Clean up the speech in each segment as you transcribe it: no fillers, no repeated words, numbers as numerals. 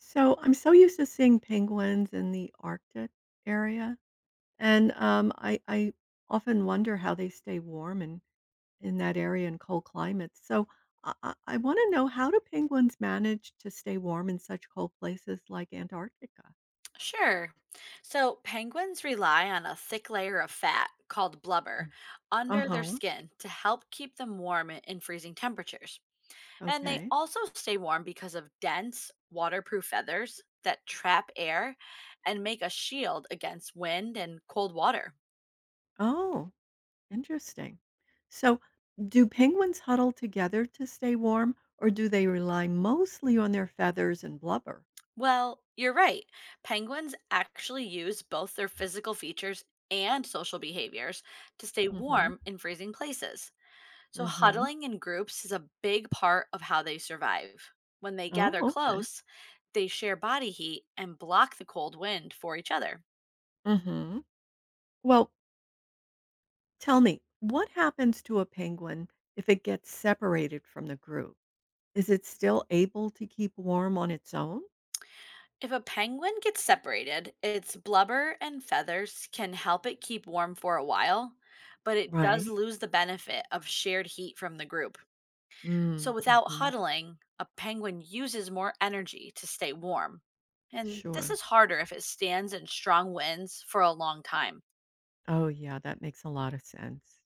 So I'm so used to seeing penguins in the Arctic area, and I often wonder how they stay warm in that area in cold climates. So I want to know, how do penguins manage to stay warm in such cold places like Antarctica? Sure. So penguins rely on a thick layer of fat called blubber Uh under their huh. skin to help keep them warm in freezing temperatures. And they Okay. also stay warm because of dense, waterproof feathers that trap air and make a shield against wind and cold water. Oh, interesting. So do penguins huddle together to stay warm, or do they rely mostly on their feathers and blubber? Well, you're right. Penguins actually use both their physical features and social behaviors to stay Mm hmm. warm in freezing places. So, Mm hmm. huddling in groups is a big part of how they survive. When they Oh, gather okay. close, they share body heat and block the cold wind for each other. Hmm. Well, tell me, what happens to a penguin if it gets separated from the group? Is it still able to keep warm on its own? If a penguin gets separated, its blubber and feathers can help it keep warm for a while, but it does Right. lose the benefit of shared heat from the group. So, without Mm-hmm. huddling, a penguin uses more energy to stay warm. And this Sure. is harder if it stands in strong winds for a long time. Oh, yeah, that makes a lot of sense.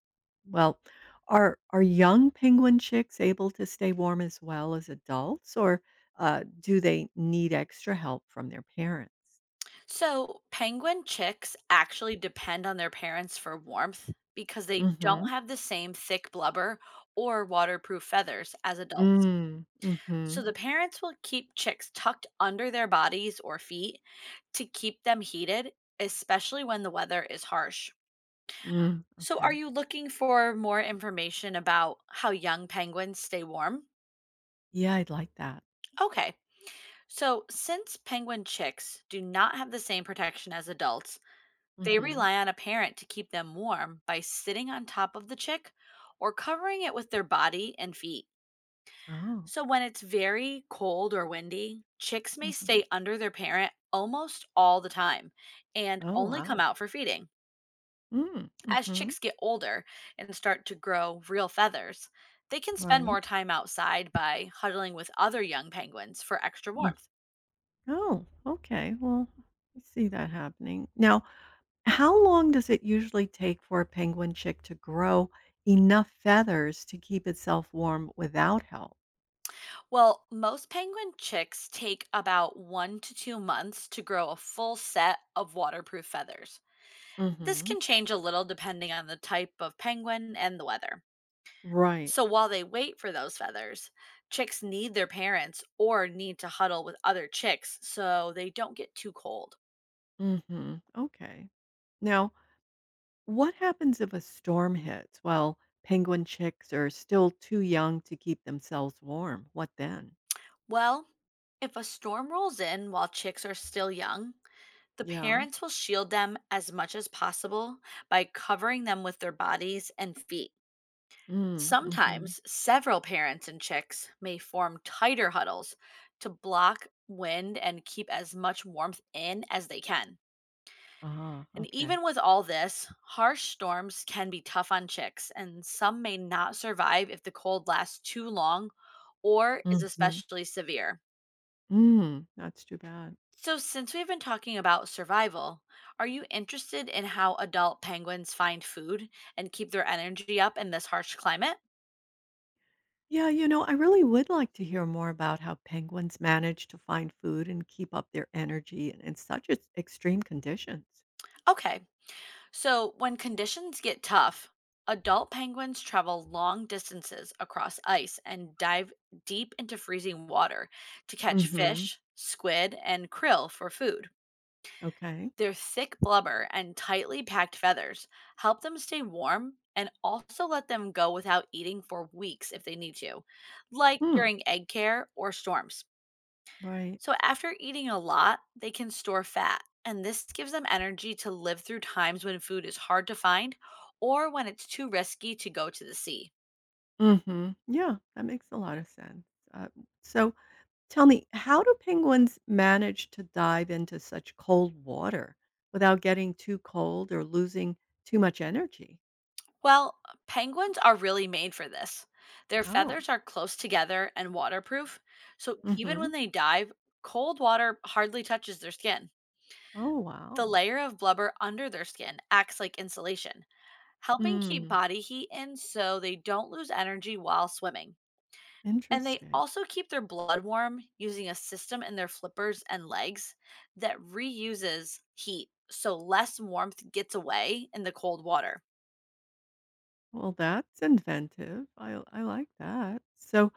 Well, are young penguin chicks able to stay warm as well as adults, or do they need extra help from their parents? So, penguin chicks actually depend on their parents for warmth because they Mm-hmm. don't have the same thick blubber or waterproof feathers as adults. Mm, So, mm-hmm. the parents will keep chicks tucked under their bodies or feet to keep them heated, especially when the weather is harsh. Mm, So, are okay. you looking for more information about how young penguins stay warm? Yeah, I'd like that. Okay. So, since penguin chicks do not have the same protection as adults, they Mm-hmm. rely on a parent to keep them warm by sitting on top of the chick or covering it with their body and feet. Oh. So, when it's very cold or windy, chicks may Mhm. stay under their parent almost all the time and Oh, only come wow. out for feeding. Mm, As mhm. chicks get older and start to grow real feathers, they can spend Right? more time outside by huddling with other young penguins for extra Mm. warmth. Oh, okay. Well, I see that happening. Now, how long does it usually take for a penguin chick to grow enough feathers to keep itself warm without help? Well, most penguin chicks take about 1 to 2 months to grow a full set of waterproof feathers. This Hmm. can change a little depending on the type of penguin and the weather. Right. So while they wait for those feathers, chicks need their parents or need to huddle with other chicks so they don't get too cold. Hmm. Okay. Now, what happens if a storm hits while penguin chicks are still too young to keep themselves warm? What then? Well, if a storm rolls in while chicks are still young, the Yeah. parents will shield them as much as possible by covering them with their bodies and feet. Mm-hmm. Sometimes several parents and chicks may form tighter huddles to block wind and keep as much warmth in as they can. Ah, And okay. even with all this, harsh storms can be tough on chicks, and some may not survive if the cold lasts too long or is Hmm. especially severe. Mm, that's too bad. So, since we've been talking about survival, are you interested in how adult penguins find food and keep their energy up in this harsh climate? Yeah, you know, I really would like to hear more about how penguins manage to find food and keep up their energy in such extreme conditions. Okay. So, when conditions get tough, adult penguins travel long distances across ice and dive deep into freezing water to catch Hmm. fish, squid, and krill for food. Okay. Their thick blubber and tightly packed feathers help them stay warm and also let them go without eating for weeks if they need to, like Hmm. during egg care or storms. Right. So, after eating a lot, they can store fat, and this gives them energy to live through times when food is hard to find or when it's too risky to go to the sea. Hmm. Yeah, that makes a lot of sense. Uh, so tell me, how do penguins manage to dive into such cold water without getting too cold or losing too much energy? Well, penguins are really made for this. Their Oh. feathers are close together and waterproof, so even when Hmm. they dive, cold water hardly touches their skin. Oh, The wow. layer of blubber under their skin acts like insulation, helping keep Hmm. body heat in so they don't lose energy while swimming. And they Interesting. also keep their blood warm using a system in their flippers and legs that reuses heat so less warmth gets away in the cold water. Well, that's inventive. I like that. So,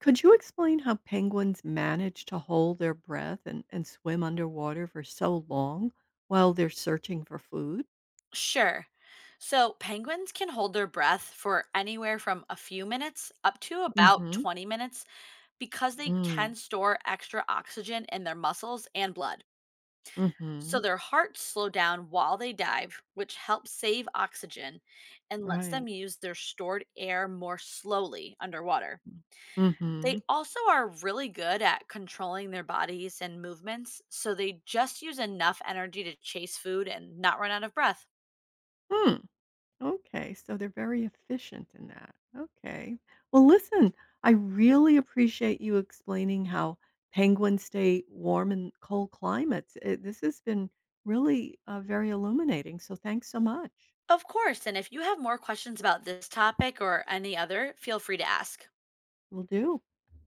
could you explain how penguins manage to hold their breath and, swim underwater for so long while they're searching for food? Sure. So penguins can hold their breath for anywhere from a few minutes up to about Mm-hmm. 20 minutes because they Mm. can store extra oxygen in their muscles and blood. So Hmm. their hearts slow down while they dive, which helps save oxygen and lets Right. them use their stored air more slowly underwater. They Mm-hmm. also are really good at controlling their bodies and movements, so they just use enough energy to chase food and not run out of breath. Hmm. Okay, so they're very efficient in that. Okay. Well, listen, I really appreciate you explaining how penguins stay warm in cold climates. This has been really very illuminating. So thanks so much. Of course, and if you have more questions about this topic or any other, feel free to ask. Will do.